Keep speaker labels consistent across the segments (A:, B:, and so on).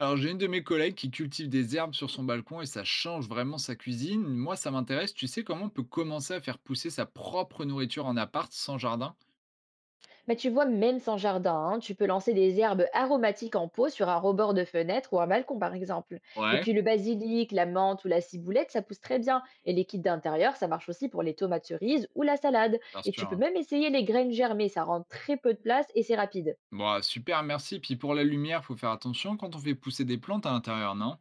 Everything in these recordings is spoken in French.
A: Alors, j'ai une de mes collègues qui cultive des herbes sur son balcon et ça change vraiment sa cuisine. Moi, ça m'intéresse. Tu sais comment on peut commencer à faire pousser sa propre nourriture en appart sans jardin?
B: Mais tu vois, même sans jardin, hein, tu peux lancer des herbes aromatiques en pot sur un rebord de fenêtre ou un balcon, par exemple. Et
A: Ouais,
B: puis le basilic, la menthe ou la ciboulette, ça pousse très bien. Et les kits d'intérieur, ça marche aussi pour les tomates cerises ou la salade.
A: bien
B: Et
A: sûr.
B: tu peux
A: Hein.
B: même essayer les graines germées, ça rend très peu de place et c'est rapide.
A: Bon, super, merci. Puis pour la lumière, faut faire attention quand on fait pousser des plantes à l'intérieur, non?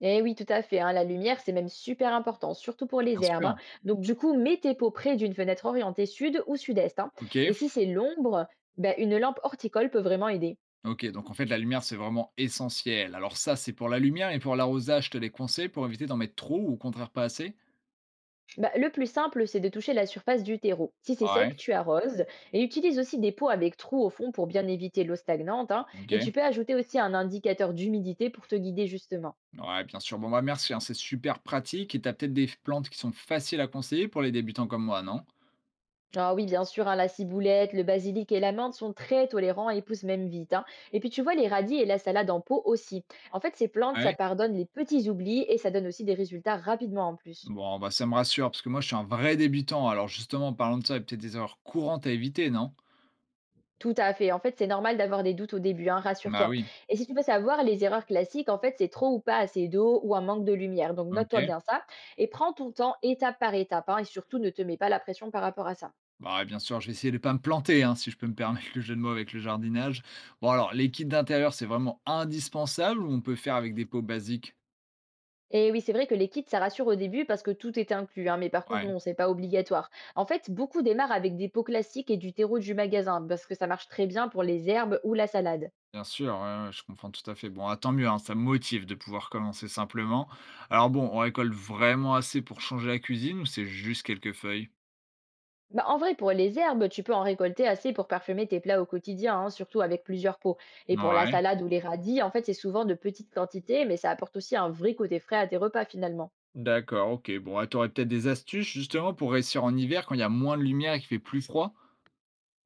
B: Eh oui, tout à fait, hein, la lumière, c'est même super important, surtout pour les
A: Bien
B: herbes.
A: sûr.
B: Hein. Donc du coup, mets tes pots près d'une fenêtre orientée sud ou sud-est. Hein.
A: Ok,
B: Et si c'est l'ombre, bah, une lampe horticole peut vraiment aider.
A: ok. Donc en fait, la lumière, c'est vraiment essentiel. Alors ça, c'est pour la lumière et pour l'arrosage, je te les conseille pour éviter d'en mettre trop ou au contraire pas assez.
B: Bah, le plus simple, c'est de toucher la surface du terreau. Si c'est
A: Ouais,
B: sec, tu arroses et utilise aussi des pots avec trous au fond pour bien éviter l'eau stagnante. Hein. Et tu
A: ok.
B: peux ajouter aussi un indicateur d'humidité pour te guider justement.
A: Ouais, bien sûr. Bon, bah merci, hein, c'est super pratique. Et t'as peut-être des plantes qui sont faciles à conseiller pour les débutants comme moi, non?
B: Ah oui, bien sûr, hein, la ciboulette, le basilic et la menthe sont très tolérants et poussent même vite. Hein. Et puis tu vois les radis et la salade en pot aussi. En fait, ces plantes, ça
A: Ouais.
B: pardonne les petits oublis et ça donne aussi des résultats rapidement en plus.
A: Bon, bah ça me rassure, parce que moi, je suis un vrai débutant. Alors justement, en parlant de ça, il y a peut-être des erreurs courantes à éviter, non?
B: Tout à fait. En fait, c'est normal d'avoir des doutes au début, hein,
A: Bah
B: rassure-toi.
A: oui,
B: Et si tu veux savoir, les erreurs classiques, en fait, c'est trop ou pas assez d'eau ou un manque de lumière. Donc, note-toi
A: ok.
B: bien ça et prends ton temps étape par étape. Hein, et surtout, ne te mets pas la pression par rapport à ça.
A: Bah bien sûr, je vais essayer de pas me planter, hein, si je peux me permettre le jeu de mots avec le jardinage. Bon alors, les kits d'intérieur, c'est vraiment indispensable ou on peut faire avec des pots basiques?
B: Et oui, c'est vrai que les kits, ça rassure au début parce que tout est inclus. Hein, mais par contre,
A: Ouais.
B: non, c'est pas obligatoire. En fait, beaucoup démarrent avec des pots classiques et du terreau du magasin parce que ça marche très bien pour les herbes ou la salade.
A: Bien sûr, ouais, ouais, je comprends tout à fait. Bon, ah, tant mieux, hein, ça me motive de pouvoir commencer simplement. Alors bon, on récolte vraiment assez pour changer la cuisine ou c'est juste quelques feuilles?
B: Bah, en vrai, pour les herbes, tu peux en récolter assez pour parfumer tes plats au quotidien, hein, surtout avec plusieurs pots. Et pour la
A: Ouais,
B: salade ou les radis, en fait, c'est souvent de petites quantités, mais ça apporte aussi un vrai côté frais à tes repas finalement.
A: d'accord, ok. Bon, ah, t'aurais peut-être des astuces justement pour réussir en hiver quand il y a moins de lumière et qu'il fait plus froid,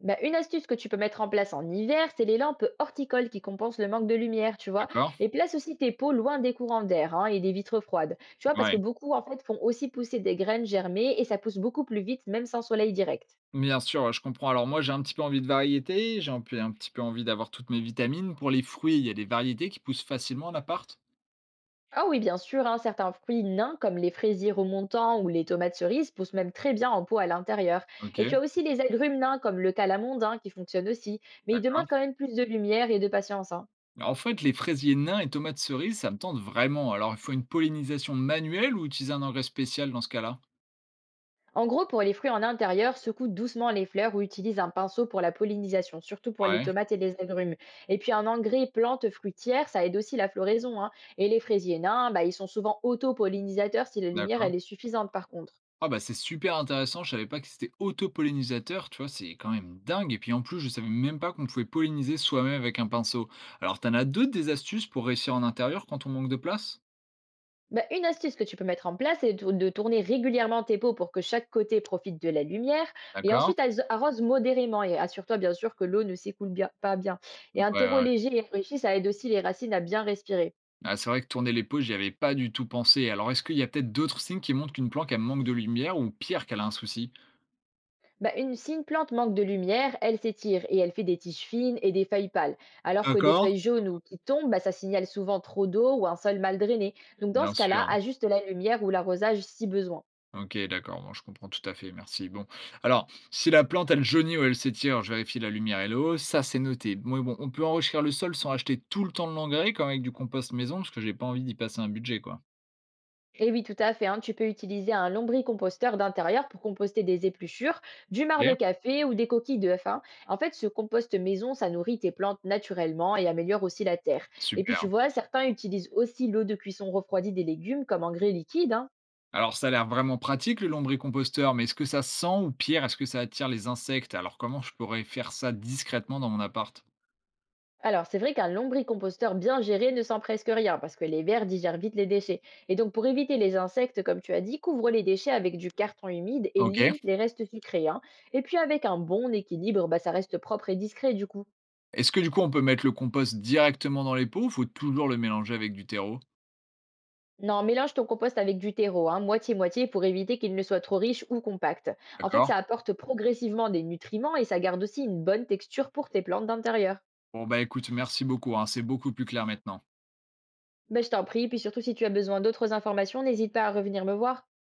B: Bah, une astuce que tu peux mettre en place en hiver, c'est les lampes horticoles qui compensent le manque de lumière, tu vois.
A: d'accord?
B: Et place aussi tes pots loin des courants d'air, hein, et des vitres froides. Tu vois, parce que
A: Ouais.
B: beaucoup, en fait, font aussi pousser des graines germées et ça pousse beaucoup plus vite, même sans soleil direct.
A: Bien sûr, ouais, je comprends. Alors moi, j'ai un petit peu envie de variété, j'ai un peu, un petit peu envie d'avoir toutes mes vitamines. Pour les fruits, il y a des variétés qui poussent facilement en appart.
B: Ah oui, bien sûr, hein, certains fruits nains comme les fraisiers remontants ou les tomates cerises poussent même très bien en pot à l'intérieur.
A: Ok,
B: Et tu as aussi les agrumes nains comme le calamondin qui fonctionnent aussi, mais ils demandent
A: d'accord.
B: quand même plus de lumière et de patience. Hein.
A: Alors en fait, les fraisiers nains et tomates cerises, ça me tente vraiment. Alors, il faut une pollinisation manuelle ou utiliser un engrais spécial dans ce cas-là?
B: En gros, pour les fruits en intérieur, secoue doucement les fleurs ou utilise un pinceau pour la pollinisation, surtout pour les
A: Ouais,
B: tomates et les agrumes. Et puis un engrais plante fruitière, ça aide aussi la floraison. Hein. Et les fraisiers nains, bah, ils sont souvent auto-pollinisateurs si la lumière
A: d'accord.
B: elle est suffisante par contre.
A: Ah bah c'est super intéressant, je savais pas que c'était autopollinisateur, tu vois, c'est quand même dingue. Et puis en plus, je savais même pas qu'on pouvait polliniser soi-même avec un pinceau. Alors, t'en as d'autres des astuces pour réussir en intérieur quand on manque de place?
B: Bah, une astuce que tu peux mettre en place, c'est de tourner régulièrement tes pots pour que chaque côté profite de la lumière. Et
A: D'accord?
B: ensuite, arrose modérément et assure-toi bien sûr que l'eau ne s'écoule pas bien. Et un
A: Ouais,
B: terreau
A: ouais.
B: léger et enrichi, ça aide aussi les racines à bien respirer.
A: Ah, c'est vrai que tourner les peaux, j'y avais pas du tout pensé. Alors, est-ce qu'il y a peut-être d'autres signes qui montrent qu'une plante, elle manque de lumière ou pire, qu'elle a un souci?
B: Bah, si une plante manque de lumière, elle s'étire et elle fait des tiges fines et des feuilles pâles. Alors que des
A: D'accord?
B: feuilles jaunes ou qui tombent, bah, ça signale souvent trop d'eau ou un sol mal drainé. Donc dans
A: Bien
B: ce cas-là,
A: sûr.
B: ajuste la lumière ou l'arrosage si besoin.
A: OK, d'accord, bon, je comprends tout à fait, merci. Bon, alors, si la plante, elle jaunit ou elle s'étire, je vérifie la lumière et l'eau, ça, c'est noté. Moi, bon, on peut enrichir le sol sans acheter tout le temps de l'engrais, comme avec du compost maison, parce que j'ai pas envie d'y passer un budget, quoi.
B: Et oui, tout à fait, hein. Tu peux utiliser un lombricomposteur d'intérieur pour composter des épluchures, du marc de
A: OK,
B: café ou des coquilles d'œufs. Hein. En fait, ce compost maison, ça nourrit tes plantes naturellement et améliore aussi la terre. Et puis, tu
A: super.
B: vois, certains utilisent aussi l'eau de cuisson refroidie des légumes comme engrais liquide. Hein.
A: Alors, ça a l'air vraiment pratique, le lombricomposteur, mais est-ce que ça sent ou pire, est-ce que ça attire les insectes? Alors, comment je pourrais faire ça discrètement dans mon appart?
B: Alors, c'est vrai qu'un lombricomposteur bien géré ne sent presque rien parce que les vers digèrent vite les déchets. Et donc, pour éviter les insectes, comme tu as dit, couvre les déchets avec du carton humide et
A: OK.
B: limite les restes sucrés. Hein. Et puis, avec un bon équilibre, bah, ça reste propre et discret du coup.
A: Est-ce que, du coup, on peut mettre le compost directement dans les pots ou faut toujours le mélanger avec du terreau?
B: Non, mélange ton compost avec du terreau, hein, moitié-moitié, pour éviter qu'il ne soit trop riche ou compact. En fait,
A: D'accord.
B: ça apporte progressivement des nutriments et ça garde aussi une bonne texture pour tes plantes d'intérieur.
A: Bon, bah, écoute, merci beaucoup, hein, c'est beaucoup plus clair maintenant.
B: Ben, je t'en prie, puis surtout si tu as besoin d'autres informations, n'hésite pas à revenir me voir.